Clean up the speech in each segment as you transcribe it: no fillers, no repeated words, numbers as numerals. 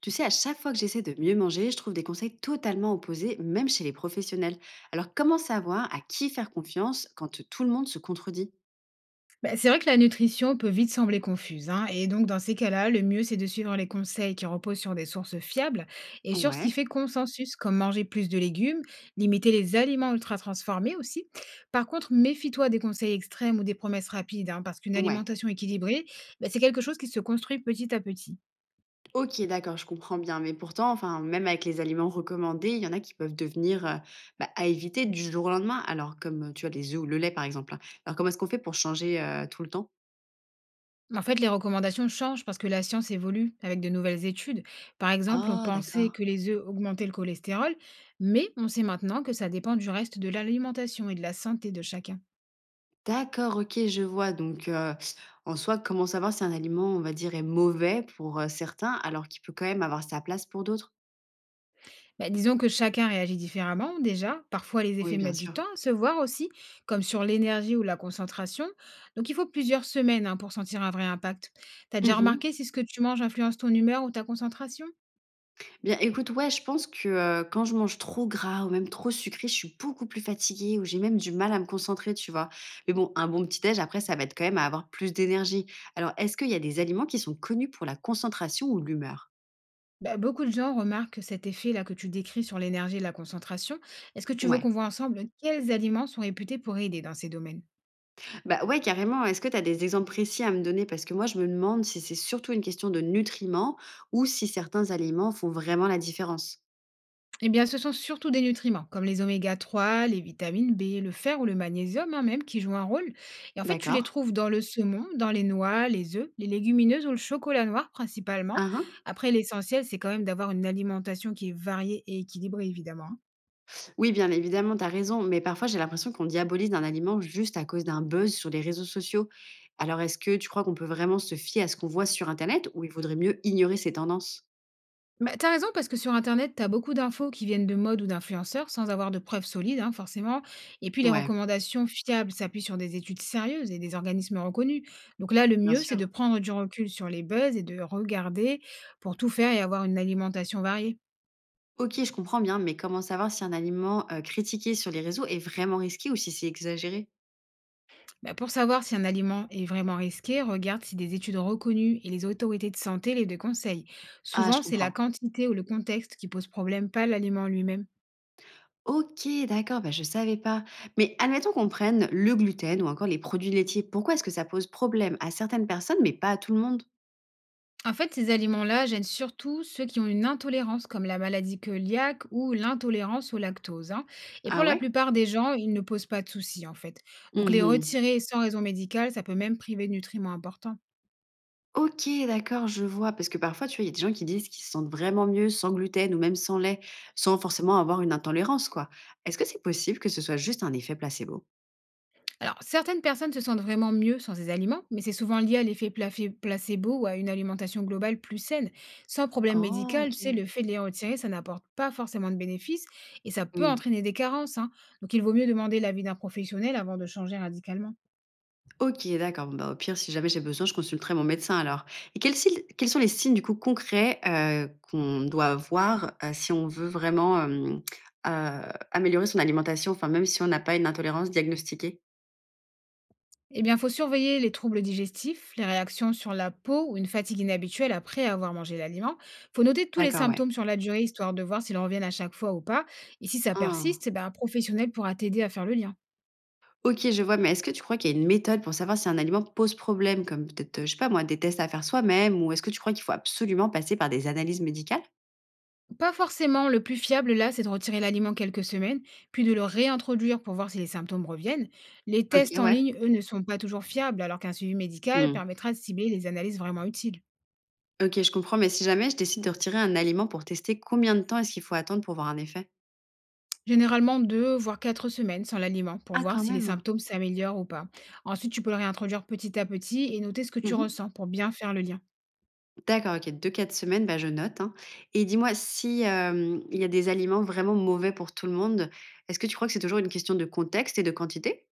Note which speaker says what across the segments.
Speaker 1: Tu sais, à chaque fois que j'essaie de mieux manger, je trouve des conseils totalement opposés, même chez les professionnels. Alors comment savoir à qui faire confiance quand tout le monde se contredit.
Speaker 2: Bah, c'est vrai que la nutrition peut vite sembler confuse, hein, et donc dans ces cas-là, le mieux c'est de suivre les conseils qui reposent sur des sources fiables et sur ce
Speaker 1: Ouais,
Speaker 2: qui fait consensus, comme manger plus de légumes, limiter les aliments ultra transformés aussi. Par contre, méfie-toi des conseils extrêmes ou des promesses rapides, hein, parce qu'une
Speaker 1: ouais.
Speaker 2: alimentation équilibrée, bah, c'est quelque chose qui se construit petit à petit.
Speaker 1: Ok, d'accord, je comprends bien. Mais pourtant, enfin, même avec les aliments recommandés, il y en a qui peuvent devenir à éviter du jour au lendemain. Alors comme tu as les œufs ou le lait par exemple, hein. Alors comment est-ce qu'on fait pour changer tout le temps?
Speaker 2: En fait, les recommandations changent parce que la science évolue avec de nouvelles études. Par exemple, on
Speaker 1: Oh,
Speaker 2: pensait
Speaker 1: d'accord.
Speaker 2: que les œufs augmentaient le cholestérol, mais on sait maintenant que ça dépend du reste de l'alimentation et de la santé de chacun.
Speaker 1: D'accord, OK, je vois donc en soi, comment savoir si un aliment, on va dire, est mauvais pour, certains, alors qu'il peut quand même avoir sa place pour d'autres?
Speaker 2: Bah, disons que chacun réagit différemment déjà. Parfois, les
Speaker 1: Oui,
Speaker 2: effets
Speaker 1: bien
Speaker 2: mettent du
Speaker 1: sûr.
Speaker 2: temps à se voir aussi, comme sur l'énergie ou la concentration. Donc, il faut plusieurs semaines, hein, pour sentir un vrai impact. T'as déjà
Speaker 1: Mmh.
Speaker 2: remarqué si ce que tu manges influence ton humeur ou ta concentration?
Speaker 1: Bien, écoute, ouais, je pense que, quand je mange trop gras ou même trop sucré, je suis beaucoup plus fatiguée ou j'ai même du mal à me concentrer, tu vois? Mais bon, un bon petit déj, après, ça va être quand même à avoir plus d'énergie. Alors, est-ce qu'il y a des aliments qui sont connus pour la concentration ou l'humeur?
Speaker 2: Bah, beaucoup de gens remarquent cet effet-là que tu décris sur l'énergie et la concentration. Est-ce que tu veux
Speaker 1: Ouais.
Speaker 2: qu'on voit ensemble quels aliments sont réputés pour aider dans ces domaines?
Speaker 1: Bah, ouais, carrément. Est-ce que tu as des exemples précis à me donner? Parce que moi, je me demande si c'est surtout une question de nutriments ou si certains aliments font vraiment la différence.
Speaker 2: Eh bien, ce sont surtout des nutriments, comme les oméga 3, les vitamines B, le fer ou le magnésium, hein, même, qui jouent un rôle. Et en fait, tu les
Speaker 1: D'accord.
Speaker 2: trouves dans le saumon, dans les noix, les œufs, les légumineuses ou le chocolat noir principalement.
Speaker 1: Hein, hein.
Speaker 2: Après, l'essentiel, c'est quand même d'avoir une alimentation qui est variée et équilibrée, évidemment, hein.
Speaker 1: Oui, bien évidemment, tu as raison, mais parfois j'ai l'impression qu'on diabolise un aliment juste à cause d'un buzz sur les réseaux sociaux. Alors, est-ce que tu crois qu'on peut vraiment se fier à ce qu'on voit sur Internet ou il vaudrait mieux ignorer ces tendances?
Speaker 2: Bah, tu raison parce que sur internet, t'as beaucoup d'infos qui viennent de mode ou d'influenceurs sans avoir de preuves solides, hein, forcément. Et puis les
Speaker 1: Ouais,
Speaker 2: recommandations fiables s'appuient sur des études sérieuses et des organismes reconnus. Donc là, le
Speaker 1: bien
Speaker 2: mieux, c'est de
Speaker 1: sûr.
Speaker 2: prendre du recul sur les buzz et de regarder pour tout faire et avoir une alimentation variée.
Speaker 1: Ok, je comprends bien, mais comment savoir si un aliment critiqué sur les réseaux est vraiment risqué ou si c'est exagéré?
Speaker 2: Bah, pour savoir si un aliment est vraiment risqué, regarde si des études reconnues et les autorités de santé les deux conseillent.
Speaker 1: Ah, je
Speaker 2: Souvent, c'est la
Speaker 1: comprends.
Speaker 2: quantité ou le contexte qui pose problème, pas l'aliment lui-même.
Speaker 1: OK, d'accord, bah, je savais pas. Mais admettons qu'on prenne le gluten ou encore les produits laitiers. Pourquoi est-ce que ça pose problème à certaines personnes, mais pas à tout le monde?
Speaker 2: En fait, ces aliments-là gênent surtout ceux qui ont une intolérance, comme la maladie cœliaque ou l'intolérance au lactose, hein. Et
Speaker 1: Ah
Speaker 2: pour la
Speaker 1: ouais?
Speaker 2: plupart des gens, ils ne posent pas de soucis, en fait. Donc, les
Speaker 1: Mmh.
Speaker 2: retirer sans raison médicale, ça peut même priver de nutriments importants.
Speaker 1: OK, d'accord, je vois. Parce que parfois, tu vois, il y a des gens qui disent qu'ils se sentent vraiment mieux sans gluten ou même sans lait, sans forcément avoir une intolérance, quoi. Est-ce que c'est possible que ce soit juste un effet placebo?
Speaker 2: Alors, certaines personnes se sentent vraiment mieux sans ces aliments, mais c'est souvent lié à l'effet placebo ou à une alimentation globale plus saine. Sans problème
Speaker 1: Oh,
Speaker 2: médical, tu sais, le
Speaker 1: OK.
Speaker 2: fait de les retirer, ça n'apporte pas forcément de bénéfices et ça peut entraîner des carences, hein. Donc, il vaut mieux demander l'avis d'un professionnel avant de changer radicalement.
Speaker 1: OK, d'accord. Bon, bah, au pire, si jamais j'ai besoin, je consulterai mon médecin alors. Et quels sont les signes du coup concrets qu'on doit voir si on veut vraiment euh, améliorer son alimentation, enfin même si on n'a pas une intolérance diagnostiquée?
Speaker 2: Eh bien, il faut surveiller les troubles digestifs, les réactions sur la peau ou une fatigue inhabituelle après avoir mangé l'aliment. Il faut noter tous les
Speaker 1: D'accord, ouais.
Speaker 2: symptômes sur la durée, histoire de voir s'ils reviennent à chaque fois ou pas. Et si ça
Speaker 1: Ah.
Speaker 2: persiste, eh ben, un professionnel pourra t'aider à faire le lien.
Speaker 1: Ok, je vois, mais est-ce que tu crois qu'il y a une méthode pour savoir si un aliment pose problème, comme peut-être, je sais pas moi, des tests à faire soi-même, ou est-ce que tu crois qu'il faut absolument passer par des analyses médicales?
Speaker 2: Pas forcément, le plus fiable là, c'est de retirer l'aliment quelques semaines, puis de le réintroduire pour voir si les symptômes reviennent. Les
Speaker 1: Ok,
Speaker 2: tests en
Speaker 1: ouais.
Speaker 2: ligne, eux, ne sont pas toujours fiables, alors qu'un suivi médical
Speaker 1: Hmm.
Speaker 2: permettra de cibler les analyses vraiment utiles.
Speaker 1: Ok, je comprends, mais si jamais je décide de retirer un aliment pour tester, combien de temps est-ce qu'il faut attendre pour voir un effet?
Speaker 2: Généralement 2 voire 4 semaines sans l'aliment pour
Speaker 1: Ah
Speaker 2: voir
Speaker 1: quand
Speaker 2: si les
Speaker 1: même.
Speaker 2: symptômes s'améliorent ou pas. Ensuite, tu peux le réintroduire petit à petit et noter ce que tu
Speaker 1: Mmh.
Speaker 2: ressens pour bien faire le lien.
Speaker 1: D'accord, OK, deux quatre semaines, bah, je note, hein, et dis-moi si, il y a des aliments vraiment mauvais pour tout le monde, est-ce que tu crois que c'est toujours une question de contexte et de quantité?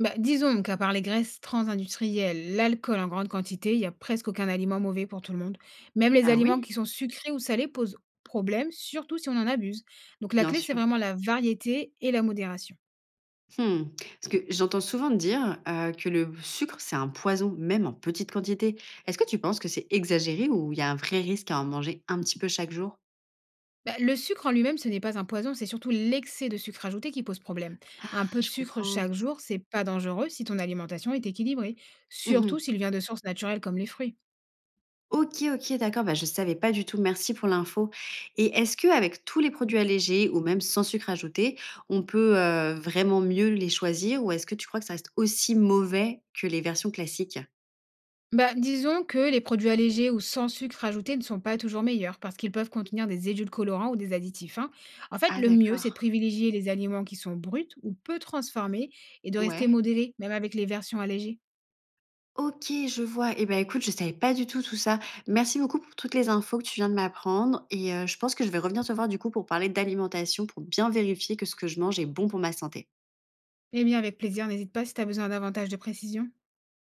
Speaker 2: Bah, disons qu'à part les graisses transindustrielles, l'alcool en grande quantité, il n'y a presque aucun aliment mauvais pour tout le monde. Même les
Speaker 1: Ah
Speaker 2: aliments
Speaker 1: oui,
Speaker 2: qui sont sucrés ou salés posent problème, surtout si on en abuse. Donc la
Speaker 1: bien
Speaker 2: clé, c'est
Speaker 1: sûr.
Speaker 2: vraiment la variété et la modération.
Speaker 1: Mmh. Parce que j'entends souvent dire, que le sucre, c'est un poison, même en petite quantité. Est-ce que tu penses que c'est exagéré ou il y a un vrai risque à en manger un petit peu chaque jour?
Speaker 2: Bah, le sucre en lui-même, ce n'est pas un poison, c'est surtout l'excès de sucre ajouté qui pose problème.
Speaker 1: Ah,
Speaker 2: Un peu de
Speaker 1: je
Speaker 2: sucre
Speaker 1: comprends.
Speaker 2: chaque jour, c'est pas dangereux si ton alimentation est équilibrée, surtout
Speaker 1: Mmh.
Speaker 2: s'il vient de sources naturelles comme les fruits.
Speaker 1: OK, OK, d'accord, bah, je savais pas du tout, merci pour l'info. Et est-ce que avec tous les produits allégés ou même sans sucre ajouté, on peut, vraiment mieux les choisir ou est-ce que tu crois que ça reste aussi mauvais que les versions classiques?
Speaker 2: Bah, disons que les produits allégés ou sans sucre ajouté ne sont pas toujours meilleurs parce qu'ils peuvent contenir des édulcorants ou des additifs, hein. En fait,
Speaker 1: Ah
Speaker 2: le mieux, c'est de
Speaker 1: d'accord,
Speaker 2: privilégier les aliments qui sont bruts ou peu transformés et de rester
Speaker 1: ouais.
Speaker 2: modéré, même avec les versions allégées.
Speaker 1: OK, je vois et ben, écoute, je savais pas du tout tout ça. Merci beaucoup pour toutes les infos que tu viens de m'apprendre et je pense que je vais revenir te voir du coup pour parler d'alimentation, pour bien vérifier que ce que je mange est bon pour ma santé.
Speaker 2: Eh bien, avec plaisir, n'hésite pas si tu as besoin davantage de précision.